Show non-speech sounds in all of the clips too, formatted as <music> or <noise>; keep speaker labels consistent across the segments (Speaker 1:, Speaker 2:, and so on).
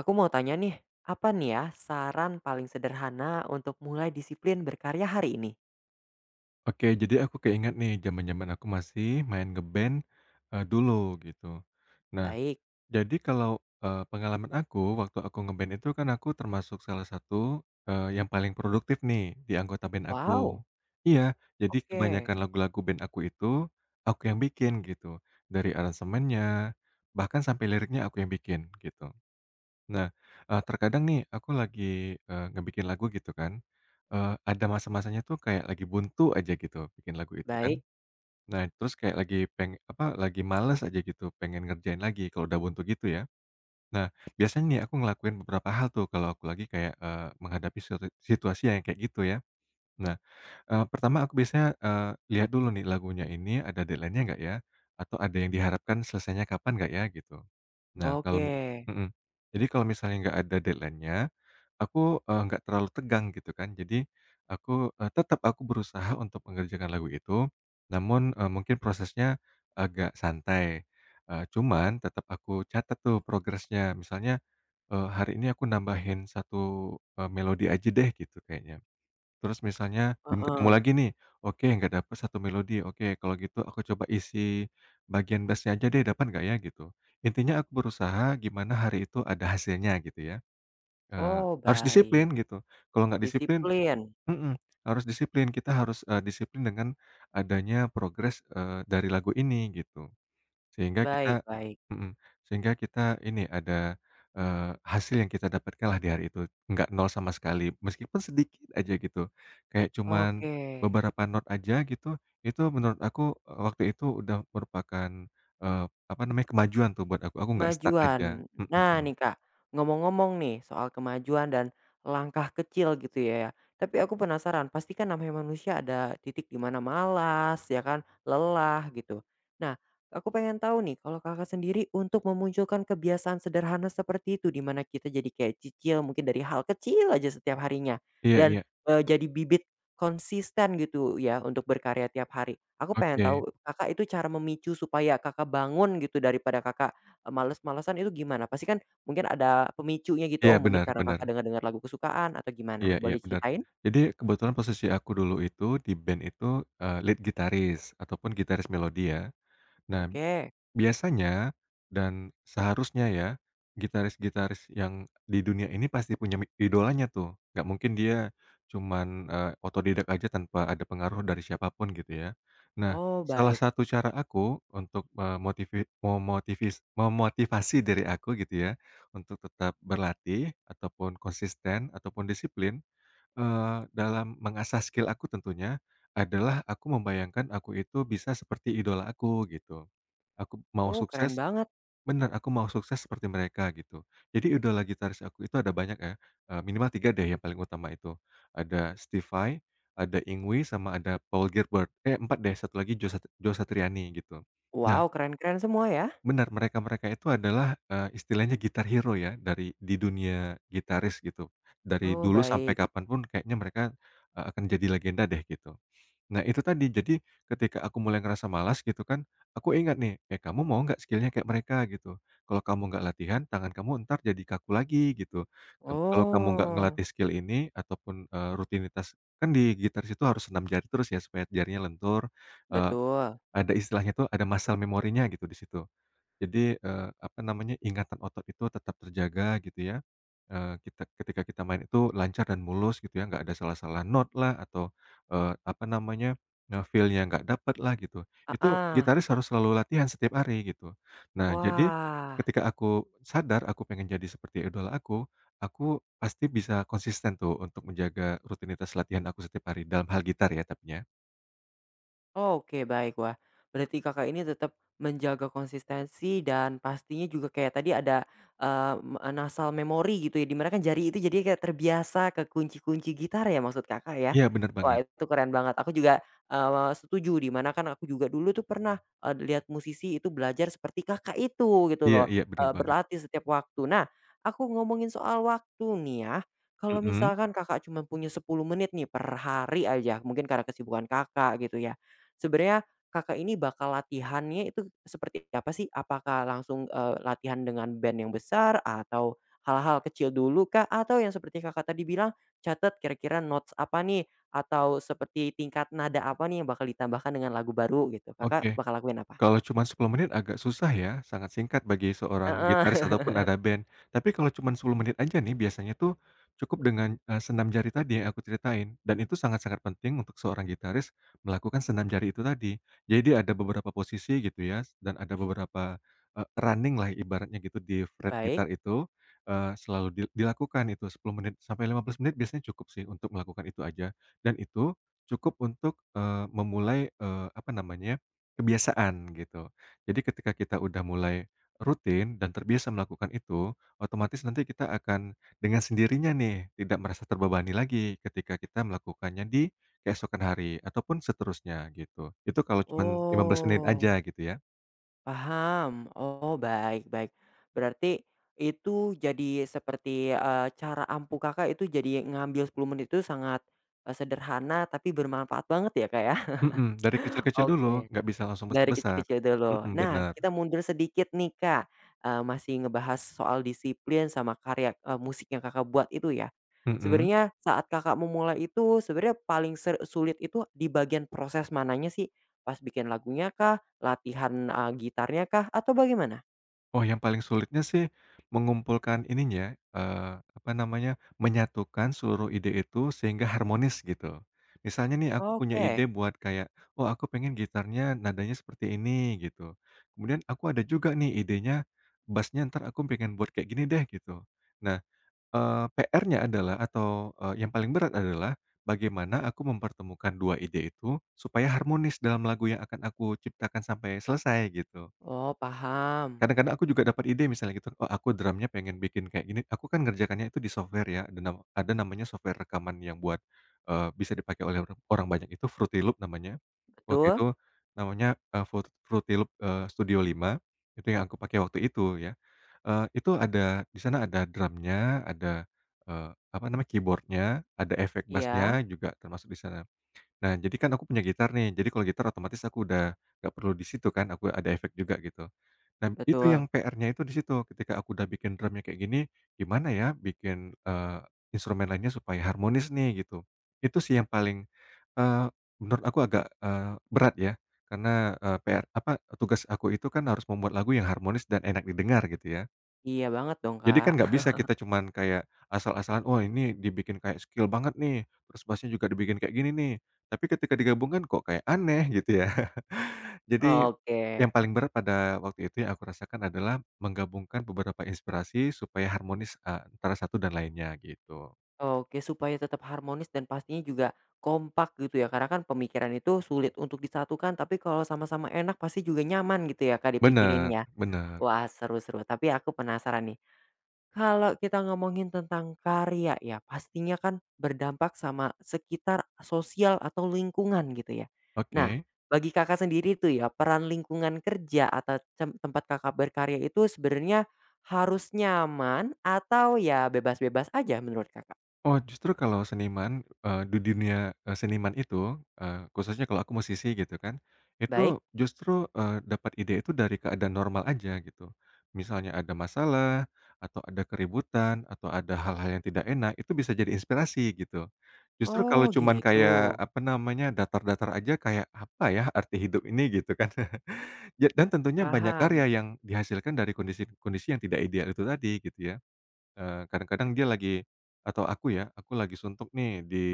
Speaker 1: Aku mau tanya nih, apa nih ya saran paling sederhana untuk mulai disiplin berkarya hari ini?
Speaker 2: Oke, jadi aku keinget nih zaman-zaman aku masih main ngeband dulu gitu. Nah,
Speaker 1: Baik.
Speaker 2: jadi kalau, pengalaman aku waktu aku ngeband itu kan aku termasuk salah satu, yang paling produktif nih di anggota band aku.
Speaker 1: Wow.
Speaker 2: Iya, jadi
Speaker 1: Oke.
Speaker 2: kebanyakan lagu-lagu band aku itu, aku yang bikin gitu, dari aransemennya, bahkan sampai liriknya aku yang bikin gitu. Nah, terkadang nih aku lagi, ngebikin lagu gitu kan, ada masa-masanya tuh kayak lagi buntu aja gitu bikin lagu itu kan.
Speaker 1: Baik.
Speaker 2: Nah, terus kayak lagi lagi males aja gitu, pengen ngerjain lagi kalau udah buntu gitu ya. Nah, biasanya nih aku ngelakuin beberapa hal tuh kalau aku lagi kayak, menghadapi suatu situasi yang kayak gitu ya. Nah, pertama aku biasanya, lihat dulu nih lagunya ini ada deadline-nya nggak ya? Atau ada yang diharapkan selesainya kapan nggak ya gitu. Nah,
Speaker 1: Oke.
Speaker 2: mhm, jadi kalau misalnya nggak ada deadline-nya, aku, nggak terlalu tegang gitu kan. Jadi aku, tetap aku berusaha untuk mengerjakan lagu itu, namun, mungkin prosesnya agak santai. Cuman tetap aku catat tuh progresnya. Misalnya, hari ini aku nambahin satu melodi aja deh gitu kayaknya. Terus misalnya belum ketemu
Speaker 1: Heeh.
Speaker 2: lagi nih, oke nggak dapet satu melodi, oke kalau gitu aku coba isi bagian bassnya aja deh, dapat nggak ya gitu. Intinya aku berusaha gimana hari itu ada hasilnya gitu ya. Eee,
Speaker 1: Oh,
Speaker 2: Harus
Speaker 1: baik.
Speaker 2: disiplin gitu. Kalau nggak disiplin
Speaker 1: Disiplin.
Speaker 2: mhm, harus disiplin. Kita harus, disiplin dengan adanya progres, dari lagu ini gitu. Sehingga
Speaker 1: Baik,
Speaker 2: kita
Speaker 1: baik.
Speaker 2: mhm, ini ada, hasil yang kita dapatkanlah di hari itu. Nggak nol sama sekali, meskipun sedikit aja gitu. Kayak cuman
Speaker 1: Oke.
Speaker 2: beberapa not aja gitu, itu menurut aku, waktu itu udah merupakan, eee, apa namanya, kemajuan tuh buat aku. Aku nggak stuck aja.
Speaker 1: Kemajuan.
Speaker 2: Mhm,
Speaker 1: Nah
Speaker 2: mhm.
Speaker 1: nih Kak, ngomong-ngomong nih soal kemajuan dan langkah kecil gitu ya, tapi aku penasaran pasti kan namanya manusia ada titik di mana malas ya kan, lelah gitu. Nah, aku pengen tahu nih kalau Kakak sendiri untuk memunculkan kebiasaan sederhana seperti itu di mana kita jadi kayak cicil mungkin dari hal kecil aja setiap harinya
Speaker 2: Iya,
Speaker 1: dan,
Speaker 2: iya.
Speaker 1: jadi bibit konsisten gitu ya untuk berkarya tiap hari. Aku pengen
Speaker 2: Oke.
Speaker 1: tahu Kakak itu cara memicu supaya Kakak bangun gitu daripada Kakak males-malesan itu gimana? Pasti kan mungkin ada pemicunya gitu,
Speaker 2: Iya,
Speaker 1: oh mungkin
Speaker 2: benar,
Speaker 1: karena
Speaker 2: benar.
Speaker 1: Kakak dengar-dengar lagu kesukaan atau
Speaker 2: Iya,
Speaker 1: gimana?
Speaker 2: iya,
Speaker 1: Boleh
Speaker 2: benar.
Speaker 1: ceritain?
Speaker 2: Jadi kebetulan posisi aku dulu itu di band itu, lead gitaris ataupun gitaris melodi ya. Nah,
Speaker 1: Oke.
Speaker 2: biasanya dan seharusnya ya, gitaris-gitaris yang di dunia ini pasti punya idolanya tuh. Nggak mungkin dia cuman, otodidak aja tanpa ada pengaruh dari siapapun gitu ya. Nah,
Speaker 1: Oh
Speaker 2: salah
Speaker 1: baik.
Speaker 2: satu cara aku untuk memotivi memotivis memotivasi diri aku gitu ya, untuk tetap berlatih ataupun konsisten ataupun disiplin dalam mengasah skill aku tentunya, adalah aku membayangkan aku itu bisa seperti idola aku gitu. Aku mau
Speaker 1: Oh keren
Speaker 2: sukses,
Speaker 1: banget.
Speaker 2: bener, aku mau sukses seperti mereka gitu. Jadi idola gitaris aku itu ada banyak ya, minimal 3 deh yang paling utama itu. Ada Steve Vai, ada Yngwie, sama ada Paul Gilbert. Eh, 4 deh, satu lagi Joe Satriani gitu. Nah,
Speaker 1: Wow, keren-keren semua ya?
Speaker 2: benar, mereka-mereka itu adalah, istilahnya gitar hero ya di dunia gitaris gitu. Dari
Speaker 1: Oh
Speaker 2: dulu sampai
Speaker 1: baik.
Speaker 2: kapanpun kayaknya mereka, akan jadi legenda deh gitu. Nah itu tadi, jadi ketika aku mulai ngerasa malas gitu kan, aku ingat nih, "Eh kamu mau nggak skillnya kayak mereka?" Gitu. "Kalau kamu nggak latihan, tangan kamu entar jadi kaku lagi," gitu. Kalau kamu nggak
Speaker 1: Oh,
Speaker 2: ngelatih skill ini ataupun, rutinitas," kan di gitaris itu harus senam jari terus ya supaya jarinya lentur, eee,
Speaker 1: betul.
Speaker 2: ada istilahnya tuh ada muscle memorinya gitu di situ. Jadi, eee, apa namanya, ingatan otot itu tetap terjaga gitu ya, kita ketika kita main itu lancar dan mulus gitu ya, nggak ada salah-salah not lah atau, apa namanya, feel-nya nggak dapatlah gitu.
Speaker 1: Ah
Speaker 2: Itu
Speaker 1: ah.
Speaker 2: gitaris harus selalu latihan setiap hari gitu. Nah jadi,
Speaker 1: Wah.
Speaker 2: ketika aku sadar aku pengen jadi seperti idola aku pasti bisa konsisten tuh untuk menjaga rutinitas latihan aku setiap hari, dalam hal gitar ya, tapinya.
Speaker 1: Oke baik. Wah, berarti Kakak ini tetap menjaga konsistensi dan pastinya juga kayak tadi ada, eee, nasal memori gitu ya, dimana kan jari itu jadi kayak terbiasa ke kunci-kunci gitar ya maksud Kakak ya?
Speaker 2: Iya, benar
Speaker 1: Wah
Speaker 2: banget.
Speaker 1: itu keren banget. Aku juga, setuju dimana kan aku juga dulu tuh pernah, lihat musisi itu belajar seperti Kakak itu gitu
Speaker 2: Iya,
Speaker 1: loh,
Speaker 2: iya, benar banget.
Speaker 1: berlatih setiap waktu. Nah, aku ngomongin soal waktu nih ya, kalau
Speaker 2: Mhm,
Speaker 1: misalkan Kakak cuma punya 10 menit nih per hari aja, mungkin karena kesibukan Kakak gitu ya. Sebenarnya Kakak ini bakal latihannya itu seperti apa sih? Apakah langsung, latihan dengan band yang besar atau hal-hal kecil dulu kah? Atau yang seperti Kakak tadi bilang catat kira-kira notes apa nih? Atau seperti tingkat nada apa nih yang bakal ditambahkan dengan lagu baru gitu? Kakak
Speaker 2: oke.
Speaker 1: bakal lakuin apa?
Speaker 2: Kalau cuma 10 menit agak susah ya, sangat singkat bagi seorang
Speaker 1: Heeh.
Speaker 2: gitaris
Speaker 1: <laughs>
Speaker 2: ataupun ada band. Tapi kalau cuma 10 menit aja nih biasanya tuh cukup dengan, senam jari tadi yang aku ceritain, dan itu sangat-sangat penting untuk seorang gitaris melakukan senam jari itu tadi. Jadi ada beberapa posisi gitu ya, dan ada beberapa, running lah ibaratnya gitu di fret
Speaker 1: Baik.
Speaker 2: gitar itu, selalu dilakukan itu 10 menit sampai 15 menit biasanya cukup sih untuk melakukan itu aja. Dan itu cukup untuk, memulai, apa namanya, kebiasaan gitu. Jadi ketika kita udah mulai rutin dan terbiasa melakukan itu, otomatis nanti kita akan dengan sendirinya nih tidak merasa terbebani lagi ketika kita melakukannya di keesokan hari ataupun seterusnya gitu. Itu kalau cuman 15 menit
Speaker 1: Oh.
Speaker 2: aja gitu ya.
Speaker 1: Paham. Oh, baik baik. Berarti itu jadi seperti, cara ampuh Kakak itu jadi ngambil 10 menit itu sangat, sederhana tapi bermanfaat banget ya, Kak, ya?
Speaker 2: Mhm, dari
Speaker 1: <laughs>
Speaker 2: kecil-kecil dulu,
Speaker 1: Oke,
Speaker 2: nggak bisa langsung
Speaker 1: dari
Speaker 2: besar-besar.
Speaker 1: kecil-kecil dulu.
Speaker 2: Mhm,
Speaker 1: Nah,
Speaker 2: benar.
Speaker 1: kita mundur sedikit nih, Kak, masih ngebahas soal disiplin sama karya, musik yang Kakak buat itu ya.
Speaker 2: Mhm.
Speaker 1: Sebenarnya saat Kakak memulai itu sebenarnya paling sulit itu di bagian proses mananya sih? Pas bikin lagunya kah? Latihan, gitarnya kah? Atau bagaimana?
Speaker 2: Oh, yang paling sulitnya sih mengumpulkan ininya ya, apa namanya, menyatukan seluruh ide itu sehingga harmonis gitu. Misalnya nih aku punya
Speaker 1: Oke.
Speaker 2: ide buat kayak, "Oh, aku pengen gitarnya nadanya seperti ini," gitu. Kemudian aku ada juga nih idenya, bass-nya entar aku pengen buat kayak gini deh gitu. Nah, PR-nya adalah atau, yang paling berat adalah bagaimana aku mempertemukan 2 ide itu supaya harmonis dalam lagu yang akan aku ciptakan sampai selesai gitu.
Speaker 1: Oh, paham.
Speaker 2: Kadang-kadang aku juga dapat ide misalnya gitu, "Oh, aku drumnya pengen bikin kayak gini." Aku kan ngerjakannya itu di software ya, ada namanya software rekaman yang buat, bisa dipakai oleh orang orang banyak itu Fruity Loop namanya. Waktu
Speaker 1: Betul?
Speaker 2: itu namanya, Fruity Loop, Studio 5 itu yang aku pakai waktu itu ya. Itu ada di sana ada drumnya, ada, eee, apa namanya, keyboardnya, ada efek bassnya
Speaker 1: Iya?
Speaker 2: juga termasuk di sana. Nah, jadi kan aku punya gitar nih, jadi kalau gitar otomatis aku udah nggak perlu di situ kan, aku ada efek juga gitu. Nah, itu
Speaker 1: Betul.
Speaker 2: yang PR-nya itu di situ, ketika aku udah bikin drumnya kayak gini, gimana ya bikin, instrumen lainnya supaya harmonis nih gitu. Itu sih yang paling, eee, menurut aku agak, berat ya, karena, PR apa, tugas aku itu kan harus membuat lagu yang harmonis dan enak didengar gitu ya.
Speaker 1: Iya banget dong,
Speaker 2: Jadi kan
Speaker 1: Kak.
Speaker 2: nggak bisa kita cuman kayak asal-asalan, "Wah ini dibikin kayak skill banget nih, terus bass juga dibikin kayak gini nih." Tapi ketika digabungkan kok kayak aneh gitu ya. <laughs> Jadi
Speaker 1: Oke.
Speaker 2: yang paling berat pada waktu itu yang aku rasakan adalah menggabungkan beberapa inspirasi supaya harmonis, antara satu dan lainnya gitu.
Speaker 1: Oke, supaya tetap harmonis dan pastinya juga kompak gitu ya, karena kan pemikiran itu sulit untuk disatukan, tapi kalau sama-sama enak pasti juga nyaman gitu ya, Kak, dipikirin
Speaker 2: Bener,
Speaker 1: ya.
Speaker 2: bener.
Speaker 1: Wah, seru-seru. Tapi aku penasaran nih, kalau kita ngomongin tentang karya ya, pastinya kan berdampak sama sekitar sosial atau lingkungan gitu ya. Nah,
Speaker 2: Oke.
Speaker 1: bagi Kakak sendiri tuh ya, peran lingkungan kerja atau tempat Kakak berkarya itu sebenarnya harus nyaman atau ya bebas-bebas aja menurut Kakak?
Speaker 2: Oh, justru kalau seniman, di dunia, seniman itu, khususnya kalau aku musisi gitu kan, itu
Speaker 1: Baik?
Speaker 2: justru, dapat ide itu dari keadaan normal aja gitu. Misalnya ada masalah, atau ada keributan, atau ada hal-hal yang tidak enak, itu bisa jadi inspirasi gitu. Justru kalau
Speaker 1: Oh
Speaker 2: cuman
Speaker 1: gitu,
Speaker 2: kayak, apa namanya, datar-datar aja kayak, "Apa ya arti hidup ini?" Gitu kan. <laughs> Ya dan tentunya banyak karya
Speaker 1: paham.
Speaker 2: yang dihasilkan dari kondisi-kondisi yang tidak ideal itu tadi gitu ya. Kadang-kadang dia lagi atau aku ya, aku lagi suntuk nih di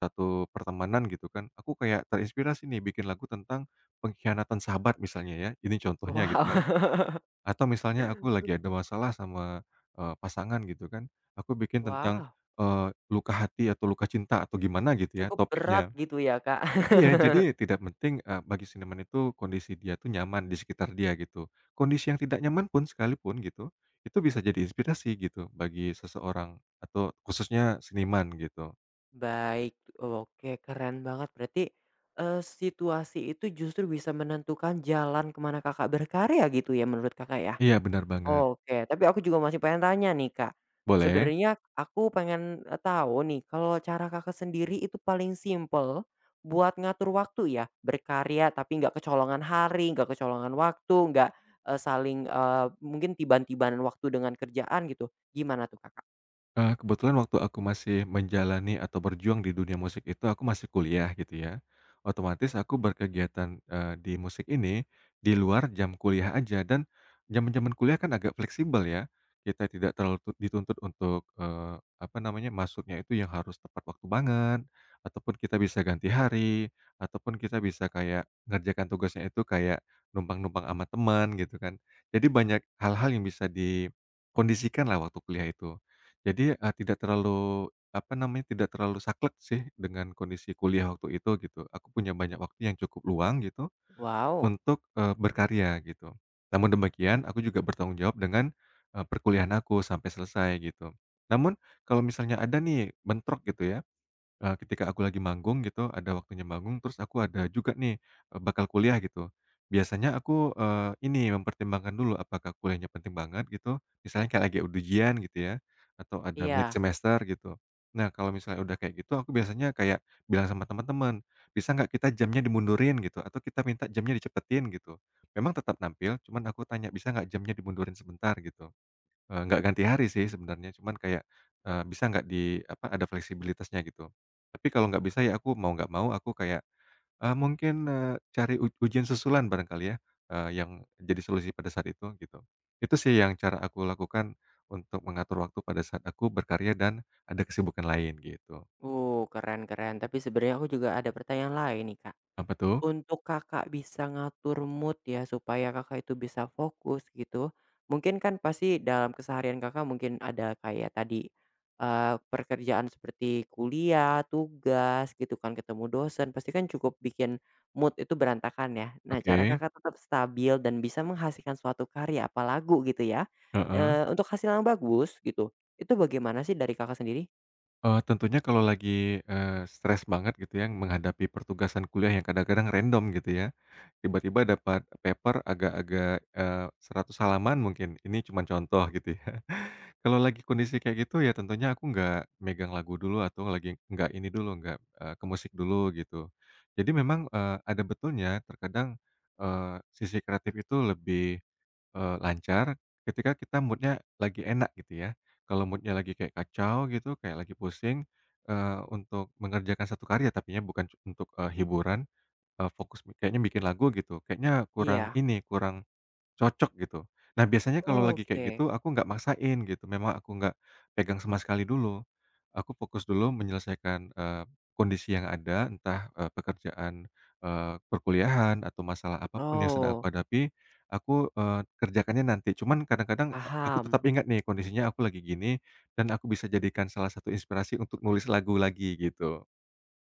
Speaker 2: satu pertemanan gitu kan, aku kayak terinspirasi nih bikin lagu tentang pengkhianatan sahabat misalnya ya, ini contohnya gitu ya.
Speaker 1: Wow. <laughs>
Speaker 2: Atau misalnya aku lagi ada masalah sama, pasangan gitu kan, aku bikin tentang,
Speaker 1: Wow,
Speaker 2: eee, luka hati atau luka cinta atau gimana gitu ya
Speaker 1: cukup berat
Speaker 2: topiknya.
Speaker 1: gitu ya, Kak?
Speaker 2: Iya,
Speaker 1: <laughs>
Speaker 2: jadi tidak penting, bagi seniman itu kondisi dia tuh nyaman di sekitar dia gitu. Kondisi yang tidak nyaman pun sekalipun gitu, itu bisa jadi inspirasi gitu bagi seseorang atau khususnya seniman gitu.
Speaker 1: Baik, oke keren banget berarti, situasi itu justru bisa menentukan jalan kemana Kakak berkarya gitu ya menurut Kakak ya?
Speaker 2: Iya benar banget,
Speaker 1: Oke, tapi aku juga masih pengen tanya nih Kak,
Speaker 2: boleh.
Speaker 1: sebenarnya aku pengen, tahu nih kalau cara Kakak sendiri itu paling simple buat ngatur waktu ya, berkarya tapi nggak kecolongan hari, nggak kecolongan waktu, nggak, saling, mungkin tiban-tibanan waktu dengan kerjaan gitu, gimana tuh Kakak?
Speaker 2: Kebetulan waktu aku masih menjalani atau berjuang di dunia musik itu aku masih kuliah gitu ya. Otomatis aku berkegiatan, di musik ini, di luar jam kuliah aja dan zaman-zaman kuliah kan agak fleksibel ya. Kita tidak terlalu dituntut untuk, apa namanya, masuknya itu yang harus tepat waktu banget, ataupun kita bisa ganti hari, ataupun kita bisa kayak ngerjakan tugasnya itu kayak numpang-numpang ama teman gitu kan. Jadi banyak hal-hal yang bisa dikondisikanlah waktu kuliah itu. Jadi, tidak terlalu saklek sih dengan kondisi kuliah waktu itu gitu. Aku punya banyak waktu yang cukup luang gitu
Speaker 1: Wow,
Speaker 2: untuk, berkarya gitu. Namun demikian aku juga bertanggung jawab dengan, perkuliahan aku sampai selesai gitu. Namun kalau misalnya ada nih bentrok gitu ya, ketika aku lagi manggung gitu, ada waktunya manggung, terus aku ada juga nih, bakal kuliah gitu. Biasanya aku, ini mempertimbangkan dulu apakah kuliahnya penting banget gitu, misalnya kayak lagi ada ujian gitu ya, atau ada mid
Speaker 1: iya.
Speaker 2: semester gitu. Nah, kalau misalnya udah kayak gitu, aku biasanya kayak bilang sama teman-teman, "Bisa nggak kita jamnya dimundurin?" Gitu, atau kita minta jamnya dicepetin gitu. Memang tetap nampil, cuman aku tanya, "Bisa nggak jamnya dimundurin sebentar?" Gitu. Nggak ganti hari sih sebenarnya, cuman kayak, bisa nggak ada fleksibilitasnya gitu. Tapi kalau nggak bisa ya aku mau nggak mau aku kayak, mungkin, cari ujian susulan barangkali ya, yang jadi solusi pada saat itu, gitu. Itu sih yang cara aku lakukan untuk mengatur waktu pada saat aku berkarya dan ada kesibukan lain, gitu.
Speaker 1: Oh keren keren. Tapi sebenarnya aku juga ada pertanyaan lain nih, Kak.
Speaker 2: Apa tuh?
Speaker 1: Untuk Kakak bisa ngatur mood ya, supaya Kakak itu bisa fokus gitu. Mungkin kan pasti dalam keseharian Kakak mungkin ada kayak tadi, pekerjaan seperti kuliah, tugas gitu kan, ketemu dosen, pasti kan cukup bikin mood itu berantakan ya. Nah, cara
Speaker 2: Oke,
Speaker 1: Kakak tetap stabil dan bisa menghasilkan suatu karya, apa lagu gitu ya,
Speaker 2: heeh.
Speaker 1: untuk hasil yang bagus gitu, itu bagaimana sih dari Kakak sendiri?
Speaker 2: Tentunya kalau lagi, stres banget gitu ya menghadapi pertugasan kuliah yang kadang-kadang random gitu ya. Tiba-tiba dapat paper agak-agak, 100 halaman mungkin, ini cuma contoh gitu ya. <laughs> Kalau lagi kondisi kayak gitu ya tentunya aku nggak megang lagu dulu atau lagi nggak ini dulu, nggak, ke musik dulu gitu. Jadi memang, ada betulnya terkadang, sisi kreatif itu lebih, lancar ketika kita moodnya lagi enak gitu ya. Kalau moodnya lagi kayak kacau gitu, kayak lagi pusing, untuk mengerjakan satu karya tapi ya bukan untuk, hiburan, fokus kayaknya bikin lagu gitu, kayaknya kurang
Speaker 1: Iya,
Speaker 2: ini, kurang cocok gitu. Nah, biasanya kalau lagi kayak
Speaker 1: oke.
Speaker 2: gitu aku nggak maksain gitu, memang aku nggak pegang sama sekali dulu. Aku fokus dulu menyelesaikan, kondisi yang ada, entah, pekerjaan, perkuliahan atau masalah apa pun yang sedang aku
Speaker 1: Oh,
Speaker 2: hadapi, aku, kerjakannya nanti. Cuman kadang-kadang aku tetap
Speaker 1: paham.
Speaker 2: ingat nih kondisinya aku lagi gini dan aku bisa jadikan salah satu inspirasi untuk nulis lagu lagi gitu.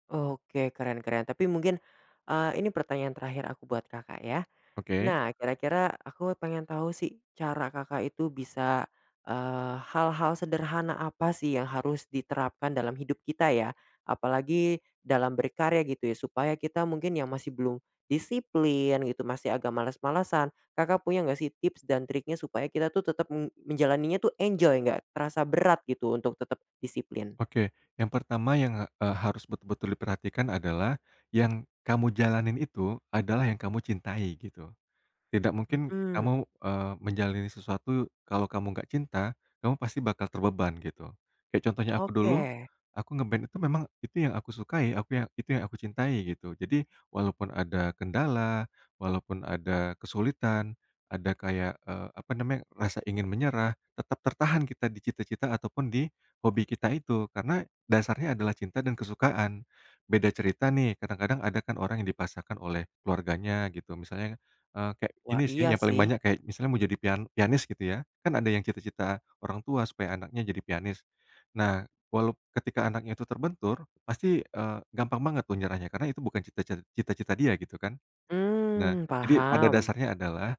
Speaker 1: Oke, keren keren. Tapi mungkin, ini pertanyaan terakhir aku buat Kakak ya.
Speaker 2: Oke.
Speaker 1: Nah, kira-kira aku pengen tahu sih cara Kakak itu bisa, hal-hal sederhana apa sih yang harus diterapkan dalam hidup kita ya, apalagi dalam berkarya gitu ya, supaya kita mungkin yang masih belum disiplin gitu, masih agak malas-malasan, Kakak punya nggak sih tips dan triknya supaya kita tuh tetap menjalaninya tuh enjoy, nggak terasa berat gitu untuk tetap disiplin?
Speaker 2: Oke, yang pertama yang, harus betul-betul diperhatikan adalah yang kamu jalanin itu adalah yang kamu cintai gitu. Tidak mungkin
Speaker 1: Mhm.
Speaker 2: kamu, menjalani sesuatu kalau kamu nggak cinta, kamu pasti bakal terbeban gitu. Kayak contohnya aku dulu,
Speaker 1: Oke.
Speaker 2: aku itu memang itu yang aku sukai, aku yang itu yang aku cintai gitu. Jadi walaupun ada kendala, walaupun ada kesulitan, ada kayak, apa namanya, rasa ingin menyerah, tetap tertahan kita di cita-cita ataupun di hobi kita itu, karena dasarnya adalah cinta dan kesukaan. Beda cerita nih, kadang-kadang ada kan orang yang dipaksakan oleh keluarganya gitu, misalnya kayak ini
Speaker 1: Wah,
Speaker 2: sih
Speaker 1: iya
Speaker 2: yang paling
Speaker 1: sih.
Speaker 2: banyak kayak misalnya mau jadi pianis gitu ya, kan ada yang cita-cita orang tua supaya anaknya jadi pianis. Nah, walau ketika anaknya itu terbentur, pasti, gampang banget tuh nyerahnya karena itu bukan cita-cita dia gitu kan. Nah,
Speaker 1: Mmm,
Speaker 2: jadi pada
Speaker 1: paham.
Speaker 2: dasarnya adalah,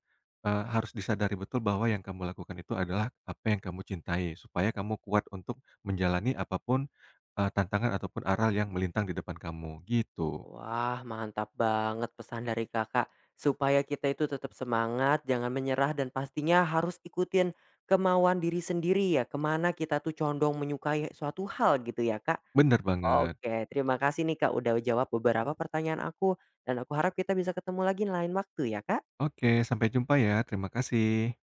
Speaker 2: harus disadari betul bahwa yang kamu lakukan itu adalah apa yang kamu cintai, supaya kamu kuat untuk menjalani apa pun, tantangan ataupun aral yang melintang di depan kamu, gitu.
Speaker 1: Wah, mantap banget pesan dari Kakak, supaya kita itu tetap semangat, jangan menyerah, dan pastinya harus ikutin kemauan diri sendiri ya, kemana kita tuh condong menyukai suatu hal gitu ya, Kak.
Speaker 2: Bener banget.
Speaker 1: Oke, terima kasih nih Kak udah jawab beberapa pertanyaan aku, dan aku harap kita bisa ketemu lagi lain waktu ya, Kak.
Speaker 2: Oke, sampai jumpa ya, terima kasih.